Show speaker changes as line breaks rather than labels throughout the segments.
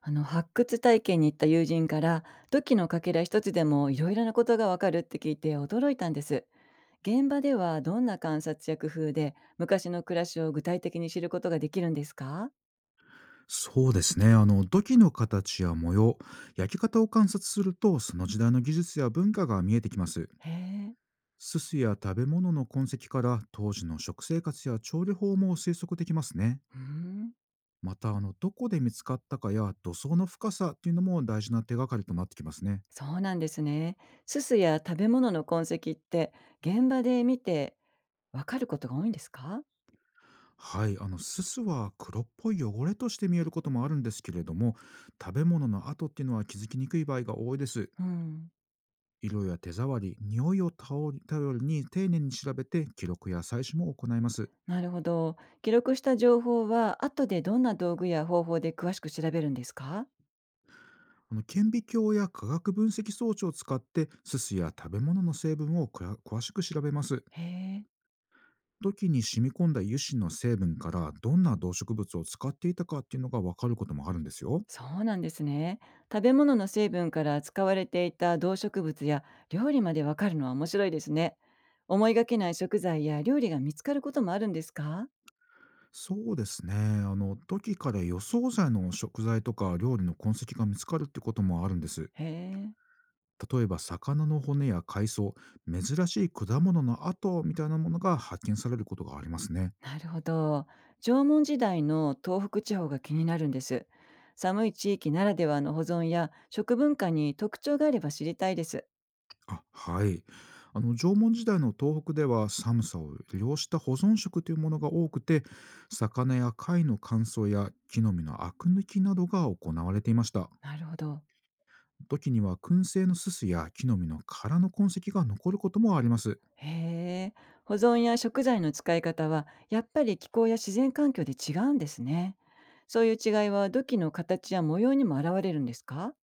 発掘体験に行った友人から、土器のかけら一つでもいろいろなことがわかるって聞いて驚いたんです。現場ではどんな観察や工夫で昔の暮らしを具体的に知ることができるんですか？
そうですね。土器の形や模様、焼き方を観察すると、その時代の技術や文化が見えてきます。
へえ。
すすや食べ物の痕跡から当時の食生活や調理法も推測できますね。
うーん。
またどこで見つかったかや土層の深さっていうのも大事な手がかりとなってきますね。
そうなんですね。すすや食べ物の痕跡って、現場で見てわかることが多いんですか？
はい、すすは黒っぽい汚れとして見えることもあるんですけれども、食べ物の跡っていうのは気づきにくい場合が多いです。
うん。
色や手触り、匂いを頼りに丁寧に調べて記録や採取も行います。
なるほど。記録した情報は後で、どんな道具や方法で詳しく調べるんですか？
顕微鏡や化学分析装置を使ってすすや食べ物の成分を詳しく調べます。
へえ。
土器に染み込んだ油脂の成分からどんな動植物を使っていたかっていうのがわかることもあるんですよ。
そうなんですね。食べ物の成分から使われていた動植物や料理までわかるのは面白いですね。思いがけない食材や料理が見つかることもあるんですか？
そうですね。土器から予想外の食材とか料理の痕跡が見つかるってこともあるんです。
へえ、
例えば魚の骨や海藻、珍しい果物の跡みたいなものが発見されることがありますね。
なるほど。縄文時代の東北地方が気になるんです。寒い地域ならではの保存や食文化に特徴があれば知りたいです。
はい、縄文時代の東北では寒さを利用した保存食というものが多くて、魚や貝の乾燥や木の実のアク抜きなどが行われていました。
なるほど。
時には燻製のすすや木の実の殻の痕跡が残ることもあります。
へえ、保存や食材の使い方はやっぱり気候や自然環境で違うんですね。そういう違いは土器の形や模様にも現れるんですか？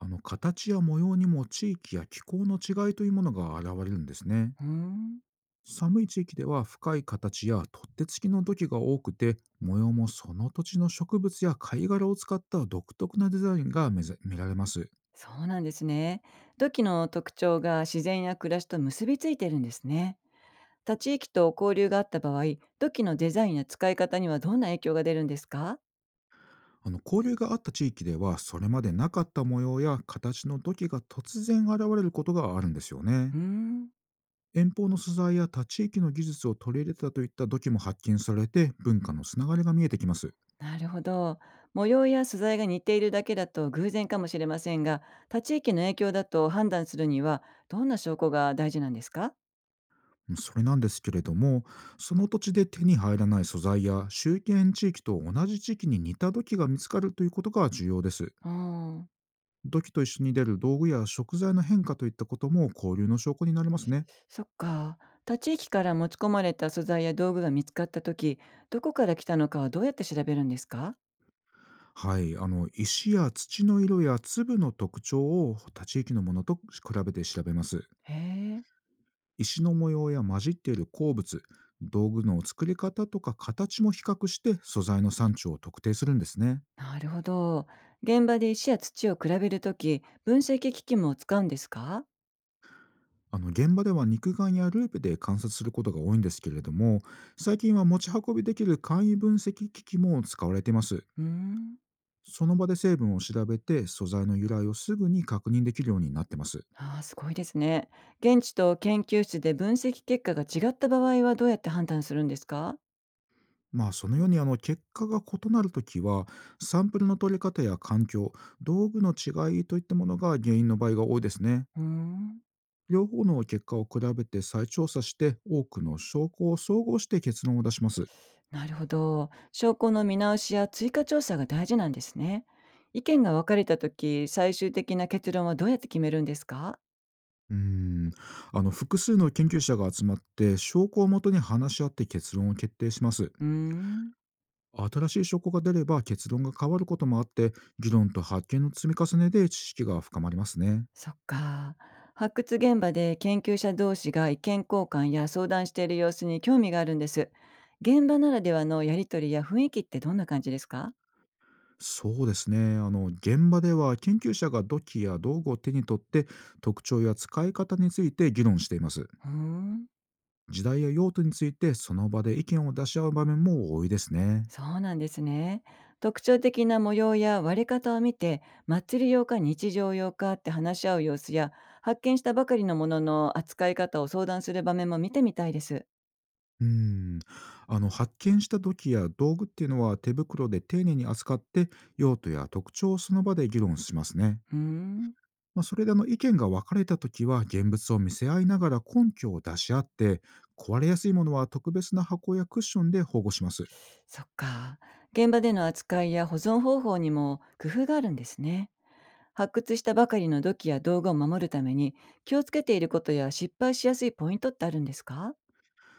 形や模様にも地域や気候の違いというものが現れるんですね。
うーん、
寒い地域では深い形や取っ手付きの土器が多くて、模様もその土地の植物や貝殻を使った独特なデザインが見られます。
そうなんですね。土器の特徴が自然や暮らしと結びついてるんですね。他地域と交流があった場合、土器のデザインや使い方にはどんな影響が出るんですか？
交流があった地域ではそれまでなかった模様や形の土器が突然現れることがあるんですよ
う
ね。
ーん。
遠方の素材や他地域の技術を取り入れたといった土器も発見されて、文化のつながりが見えてきます。
なるほど。模様や素材が似ているだけだと偶然かもしれませんが、他地域の影響だと判断するにはどんな証拠が大事なんですか？
それなんですけれども、その土地で手に入らない素材や周辺地域と同じ地域に似た土器が見つかるということが重要です。
うん、
土器と一緒に出る道具や食材の変化といったことも交流の証拠になりますね。
そっか。他地域から持ち込まれた素材や道具が見つかった時、どこから来たのかはどうやって調べるんですか？
はい、石や土の色や粒の特徴を他地域のものと比べて調べます。
へえ、
石の模様や混じっている鉱物、道具の作り方とか形も比較して素材の産地を特定するんですね。
なるほど。現場で石や土を比べるとき、分析機器も使うんですか？
現場では肉眼やルーペで観察することが多いんですけれども、最近は持ち運びできる簡易分析機器も使われています。
うーん。
その場で成分を調べて素材の由来をすぐに確認できるようになってます。
ああ、すごいですね。現地と研究室で分析結果が違った場合はどうやって判断するんですか？
まあそのように結果が異なるときは、サンプルの取り方や環境、道具の違いといったものが原因の場合が多いですね。
うーん、
両方の結果を比べて再調査して、多くの証拠を総合して結論を出します。
なるほど。証拠の見直しや追加調査が大事なんですね。意見が分かれた時、最終的な結論はどうやって決めるんですか？
うーん複数の研究者が集まって証拠をもとに話し合って結論を決定します。
うーん、
新しい証拠が出れば結論が変わることもあって、議論と発見の積み重ねで知識が深まりますね。
そっか。発掘現場で研究者同士が意見交換や相談している様子に興味があるんです。現場ならではのやりとりや雰囲気ってどんな感じですか？
そうですね。現場では研究者が土器や道具を手に取って特徴や使い方について議論しています。
うーん。
時代や用途についてその場で意見を出し合う場面も多いですね。
そうなんですね。特徴的な模様や割れ方を見て、祭り用か日常用かって話し合う様子や、発見したばかりのものの扱い方を相談する場面も見てみたいです。
うーん。発見した時や道具っていうのは手袋で丁寧に扱って、用途や特徴をその場で議論しますね。
うーん、
まあ、それで意見が分かれた時は現物を見せ合いながら根拠を出し合って、壊れやすいものは特別な箱やクッションで保護します。
そっか。現場での扱いや保存方法にも工夫があるんですね。発掘したばかりの土器や道具を守るために気をつけていることや失敗しやすいポイントってあるんですか？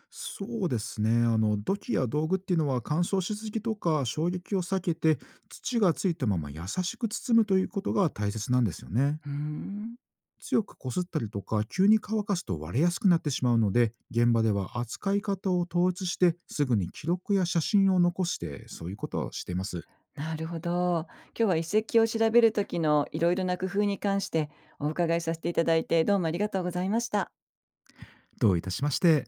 そうですね。土器や道具っていうのは乾燥しすぎとか衝撃を避けて、土がついたまま優しく包むということが大切なんですよね。
うーん。
強くこすったりとか急に乾かすと割れやすくなってしまうので、現場では扱い方を統一してすぐに記録や写真を残して、そういうことをしています。
なるほど。今日は遺跡を調べる時のいろいろな工夫に関してお伺いさせていただいて、どうもありがとうございました。
どういたしまして。